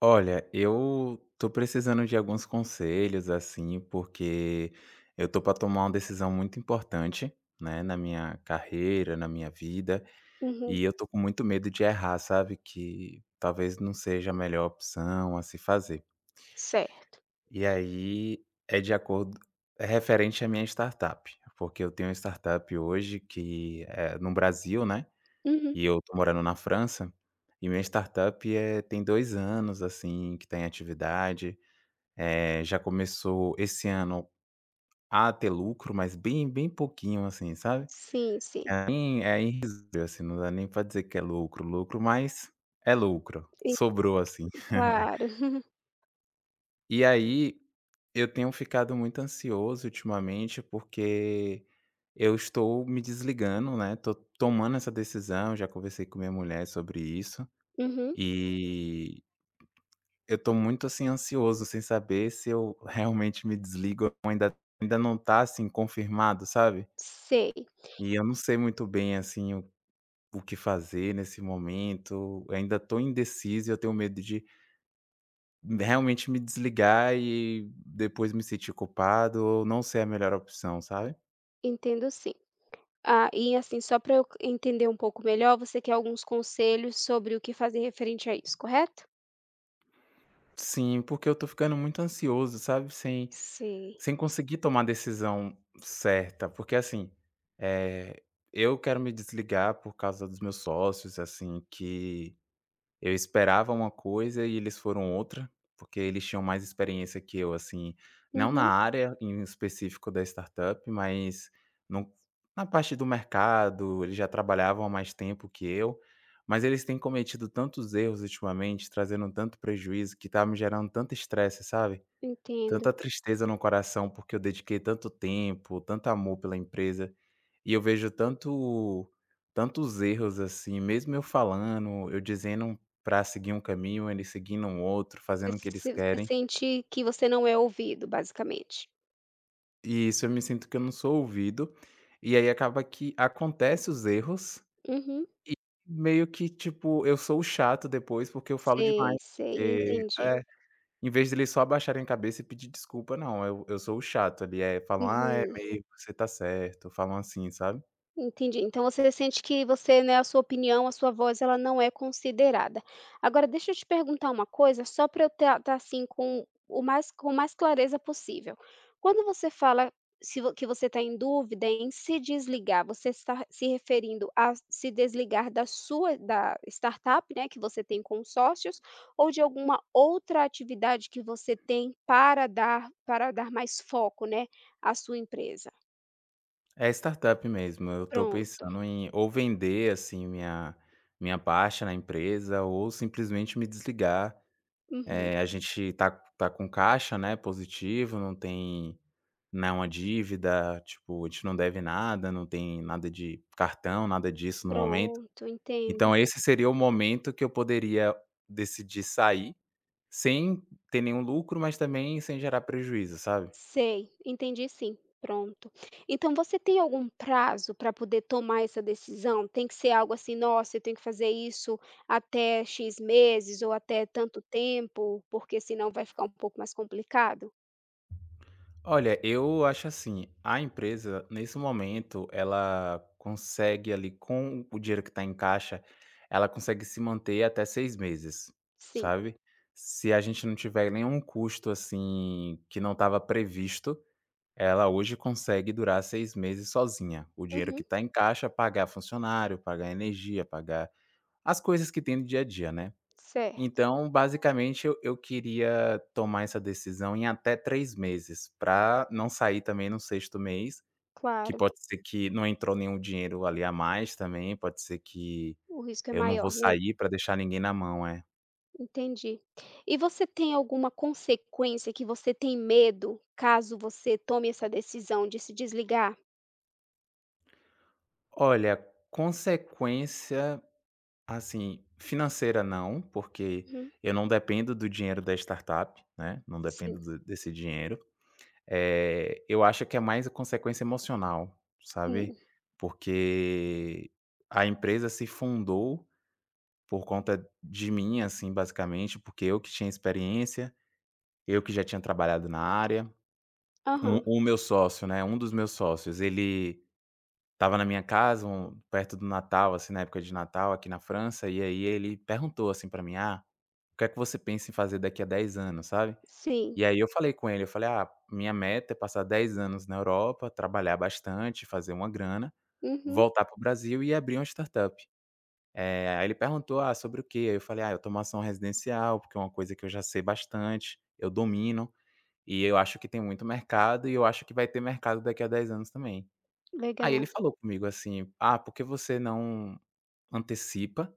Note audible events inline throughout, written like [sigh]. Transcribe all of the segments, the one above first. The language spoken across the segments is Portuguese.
Olha, eu tô precisando de alguns conselhos, assim, porque eu tô para tomar uma decisão muito importante, né, na minha carreira, na minha vida, Uhum, e eu tô com muito medo de errar, sabe? Que talvez não seja a melhor opção a se fazer. certo. E aí é de acordo, é referente à minha startup, porque eu tenho uma startup hoje que é no Brasil, né? Uhum. E eu tô morando na França, e minha startup é, tem 2 anos, assim, que tá em atividade. Já começou esse ano a ter lucro, mas bem pouquinho, assim, sabe. Sim, sim. É bem é irrisório, assim, não dá nem pra dizer que é lucro, lucro, mas é lucro, E sobrou, assim. [laughs] claro. [laughs] E aí, eu tenho ficado muito ansioso ultimamente, porque eu estou me desligando, né, tô tomando essa decisão, já conversei com minha mulher sobre isso. Uhum. Uhum, E eu tô muito, assim, ansioso sem saber se eu realmente me desligo, ou ainda não tá, assim, confirmado, sabe. sei, E eu não sei muito bem, assim, o que fazer nesse momento. Eu ainda tô indeciso e eu tenho medo de realmente me desligar e depois me sentir culpado ou não ser a melhor opção, sabe. entendo sim. Ah, e assim, só para eu entender um pouco melhor, você quer alguns conselhos sobre o que fazer referente a isso, correto? Sim, porque eu tô ficando muito ansioso, sabe, sem Sei. Sem conseguir tomar a decisão certa, porque assim, eh, eu quero me desligar por causa dos meus sócios, assim, que eu esperava uma coisa e eles foram outra, porque eles tinham mais experiência que eu, assim, não na Uhum, área em específico da startup, mas no na parte do mercado, eles já trabalhavam há mais tempo que eu, mas eles têm cometido tantos erros ultimamente, trazendo tanto prejuízo, que tá me gerando tanto estresse, sabe? entendo. Tanta tristeza no coração, porque eu dediquei tanto tempo, tanto amor pela empresa, e eu vejo tantos erros, assim, mesmo eu falando, eu dizendo para seguir um caminho, eles seguindo um outro, Você fazendo o se que eles se você querem. sente que você não é ouvido, basicamente. E isso, eu me sinto que eu não sou ouvido, e aí acaba que acontece os erros, Uhum. meio que, tipo, eu sou o chato depois, porque eu falo demais, Sei, sei, porque entendi. é. Em vez deles só abaixarem a cabeça e pedir desculpa, não, eu sou o chato ali, é, falam: "Ah, é Uhum. meio, você tá certo", falam assim, sabe. Entendi. Então você sente que você, né, a sua opinião, a sua voz, ela não é considerada. Agora deixa eu te perguntar uma coisa, só para eu estar assim, com mais clareza possível. Quando você fala se vo que você está em dúvida em se desligar, você está se referindo a se desligar da startup, né, que você tem com sócios, ou de alguma outra atividade que você tem para dar mais foco, né, à sua empresa? É startup mesmo, eu tô Pronto. pensando em ou vender, assim, minha parte na empresa, ou simplesmente me desligar. Uhum. A gente tá com caixa, né, positivo, não tem nenhuma dívida, tipo, a gente não deve nada, não tem nada de cartão, nada disso no momento. Pronto, entendo. Então esse seria o momento que eu poderia decidir sair sem ter nenhum lucro, mas também sem gerar prejuízo, sabe. Sei, entendi sim. Pronto. Então você tem algum prazo para poder tomar essa decisão? Tem que ser algo assim: "Nossa, eu tenho que fazer isso até X meses ou até tanto tempo, porque senão vai ficar um pouco mais complicado"? Olha, eu acho assim, a empresa nesse momento, ela consegue ali com o dinheiro que está em caixa, ela consegue se manter até 6 meses, Sim. sabe. Se a gente não tiver nenhum custo, assim, que não estava previsto, ela hoje consegue durar 6 meses sozinha. O dinheiro que Uhum. está em caixa, pagar funcionário, pagar energia, pagar as coisas que tem no dia a dia, né. Certo, Então, basicamente, eu queria tomar essa decisão em até 3 meses, para não sair também no 6.º mês, que claro. pode ser que não entrou nenhum dinheiro ali a mais também, pode ser que O risco é eu não vou maior, né. sair para deixar ninguém na mão, é. Entendi. E você tem alguma consequência que você tem medo, caso você tome essa decisão de se desligar? Olha, consequência, assim, financeira não, porque Uhum. eu não dependo do dinheiro da startup, né, não dependo Sim. do desse dinheiro. Eu acho que é mais a consequência emocional, Hum. sabe, porque a empresa se fundou por conta de mim, assim, basicamente, porque eu que tinha experiência, eu que já tinha trabalhado na área. Aham. O meu sócio, né, um dos meus sócios, ele estava na minha casa perto do Natal, assim, na época de Natal aqui na França, e aí ele perguntou assim para mim: "Ah, o que é que você pensa em fazer daqui a 10 anos?", sabe. Sim. E aí eu falei com ele, eu falei: "Ah, minha meta é passar 10 anos na Europa, trabalhar bastante, fazer uma grana, Uhum. voltar para o Brasil e abrir uma startup". Aí ele perguntou: "Ah, sobre o quê?". Aí eu falei: "Ah, automação residencial, porque é uma coisa que eu já sei bastante, eu domino, e eu acho que tem muito mercado, e eu acho que vai ter mercado daqui a 10 anos também". Aí ele Legal. falou comigo assim: "Ah, por que você não antecipa,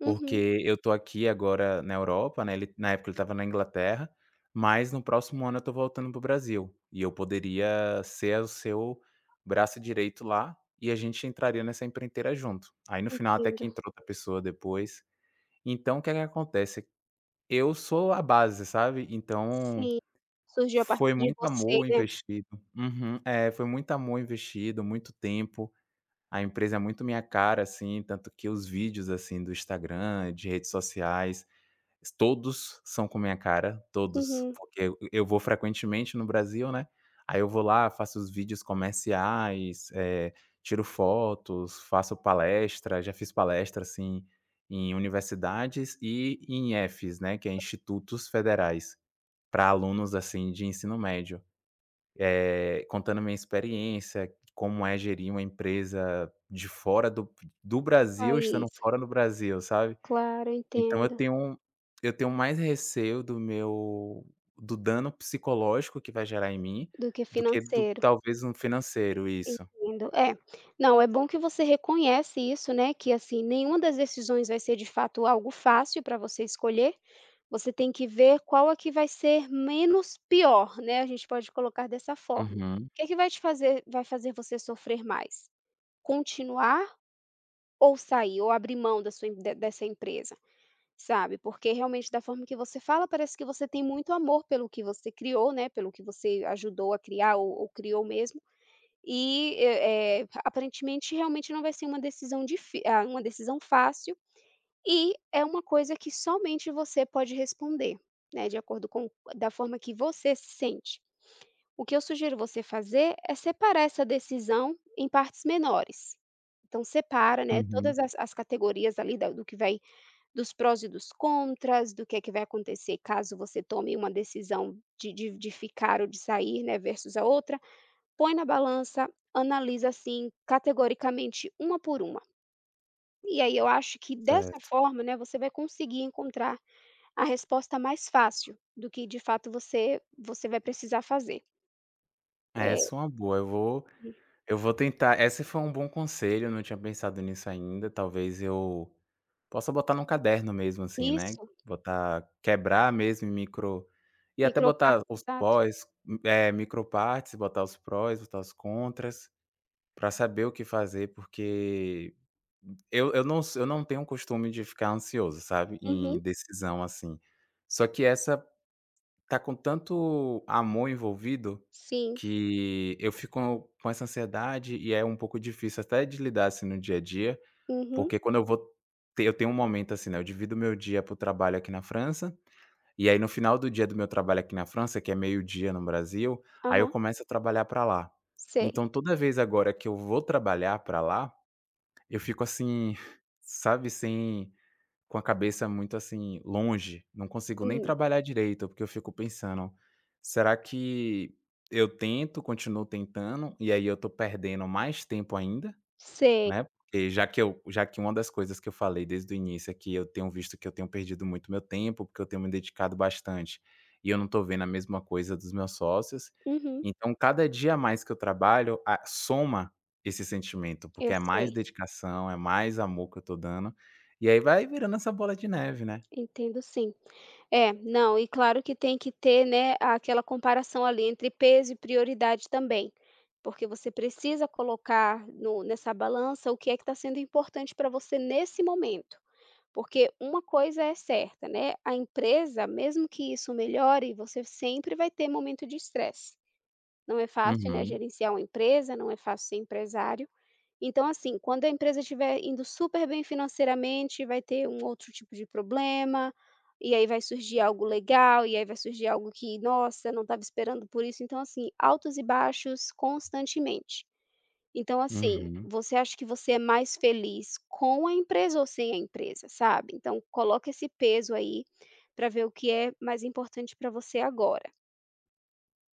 Uhum. porque eu tô aqui agora na Europa, né", ele, na época, ele estava na Inglaterra, "mas no próximo ano eu tô voltando pro Brasil, e eu poderia ser o seu braço direito lá, e a gente entraria nessa empreiteira junto". Aí no final até que Entendo. entrou outra pessoa depois. Então o que é que acontece, eu sou a base, sabe, então Sim. Surgiu a partir foi de muito você, amor né. investido. Uhum. É, foi muito amor investido, muito tempo, a empresa é muito minha cara, assim, tanto que os vídeos, assim, do Instagram, de redes sociais, todos são com minha cara, todos, Uhum. porque eu vou frequentemente no Brasil, né, aí eu vou lá, faço os vídeos comerciais, tiro fotos, faço palestra, já fiz palestra, assim, em universidades e em IFES, né, que é institutos federais, pra alunos, assim, de ensino médio, contando minha experiência, como é gerir uma empresa de fora do Brasil, estando País. fora do Brasil, sabe. Claro, Então eu entendo. tenho, eu tenho mais receio do meu, do dano psicológico que vai gerar em mim, Do que do que do, financeiro. talvez, um financeiro, isso. Entendo. É. Não, é bom que você reconhece isso, né, que, assim, nenhuma das decisões vai ser de fato algo fácil para você escolher, você tem que ver qual é que vai ser menos pior, né, a gente pode colocar dessa forma. O Uhum, que é que vai fazer você sofrer mais? Continuar ou sair, ou abrir mão da sua em de dessa empresa, sabe, porque realmente da forma que você fala, parece que você tem muito amor pelo que você criou, né, pelo que você ajudou a criar ou criou mesmo, e, aparentemente realmente não vai ser uma decisão fácil, e é uma coisa que somente você pode responder, né, de acordo com da forma que você se sente. O que eu sugiro você fazer é separar essa decisão em partes menores. Então separa, né, uhum, todas as categorias ali da do que vai dos prós e dos contras, do que é que vai acontecer caso você tome uma decisão de ficar ou de sair, né, versus a outra, põe na balança, analisa, assim, categoricamente, uma por uma. E aí eu acho que dessa certo. forma, né, você vai conseguir encontrar a resposta mais fácil do que de fato você vai precisar fazer. É, É, essa é uma boa, eu vou tentar, esse foi um bom conselho, eu não tinha pensado nisso ainda, talvez eu possa botar num caderno mesmo, assim, né, isso, botar, quebrar mesmo em micro, e até botar micropartes, os exato. pós, micropartes, botar os prós, botar os contras, pra saber o que fazer, porque Eu não tenho o costume de ficar ansioso, sabe, em Uhum, decisão, assim. Só que essa tá com tanto amor envolvido, sim, que eu fico com essa ansiedade e é um pouco difícil até de lidar, assim, no dia a dia, uhum, porque quando eu vou ter, eu tenho um momento, assim, né, eu divido meu dia para o trabalho aqui na França, e aí no final do dia do meu trabalho aqui na França, que é meio-dia no Brasil, aí eu aham, começo a trabalhar pra lá. sei. Então toda vez agora que eu vou trabalhar pra lá, eu fico assim, [laughs] sabe, sem, com a cabeça muito assim, longe, não consigo nem Hum. trabalhar direito, porque eu fico pensando: "Será que eu tento, continuo tentando, e aí eu tô perdendo mais tempo ainda?" Sei. Né, porque já que eu, já que uma das coisas que eu falei desde o início é que eu tenho visto que eu tenho perdido muito meu tempo, porque eu tenho me dedicado bastante, e eu não estou vendo a mesma coisa dos meus sócios, Uhum. então cada dia a mais que eu trabalho, a soma esse sentimento, porque Eu é mais sei. dedicação, é mais amor que eu estou dando, e aí vai virando essa bola de neve, né. Entendo sim. É, não, e claro que tem que ter, né, aquela comparação ali entre peso e prioridade também, porque você precisa colocar no nessa balança o que é que está sendo importante para você nesse momento. Porque uma coisa é certa, né, a empresa, mesmo que isso melhore, você sempre vai ter momento de estresse. Não é fácil, né, Uhum, gerenciar uma empresa, não é fácil ser empresário. Então, assim, quando a empresa estiver indo super bem financeiramente, vai ter um outro tipo de problema, e aí vai surgir algo legal, e aí vai surgir algo que, nossa, não estava esperando por isso. Então, assim, altos e baixos constantemente. Então, assim, uhum. você acha que você é mais feliz com a empresa ou sem a empresa, sabe? Então, coloca esse peso aí para ver o que é mais importante para você agora.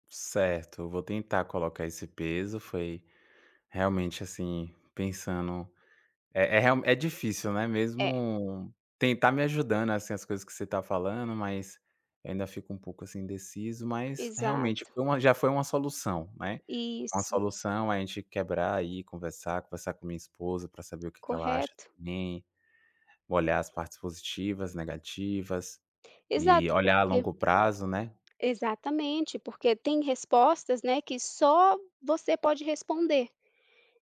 Certo, eu vou tentar colocar esse peso, foi realmente, assim, pensando. É real, é difícil, né, É, mesmo tentar me ajudando, assim, as coisas que você tá falando, mas eu ainda fico um pouco, assim, indeciso, mas realmente exato. foi uma, já foi uma solução, né. Uma Isso, solução, é a gente quebrar aí, conversar com minha esposa para saber o que que ela acha correto. também, olhar as partes positivas, negativas, e Exato, olhar a porque longo prazo, né. Exatamente, porque tem respostas, né, que só você pode responder.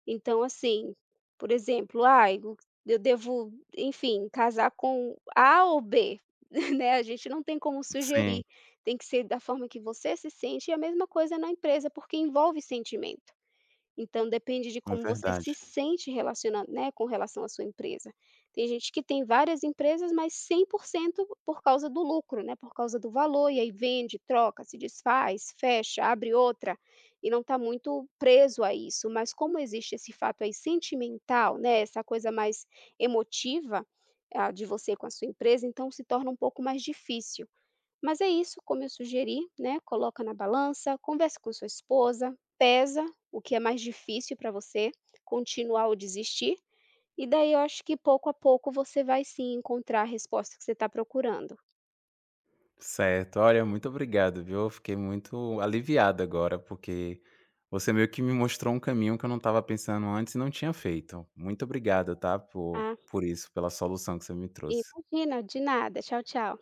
Então, assim, por exemplo, ah o eu devo, enfim, casar com A ou B", [laughs] né, a gente não tem como Sim, sugerir, tem que ser da forma que você se sente e a mesma coisa na empresa, porque envolve sentimento. Então depende de é como você verdade. se sente relacionando, né, com relação à sua empresa. Tem gente que tem várias empresas, mas 100% por cento por causa do lucro, né, por causa do valor, e aí vende, troca, se desfaz, fecha, abre outra, e não está muito preso a isso. Mas como existe esse fato aí sentimental, né, essa coisa mais emotiva, ah, de você com a sua empresa, então se torna um pouco mais difícil. Mas é isso, como eu sugeri, né, coloca na balança, converse com sua esposa, pesa o que é mais difícil para você, continuar ou desistir, e daí eu acho que pouco a pouco você vai sim encontrar a resposta que você está procurando, Certo. Olha, muito obrigado, viu? Eu fiquei muito aliviado agora, porque você meio que me mostrou um caminho que eu não estava pensando antes e não tinha feito. Muito obrigado, tá? Tá. Por isso, pela solução que você me E trouxe. imagina, de nada. Tchau, tchau.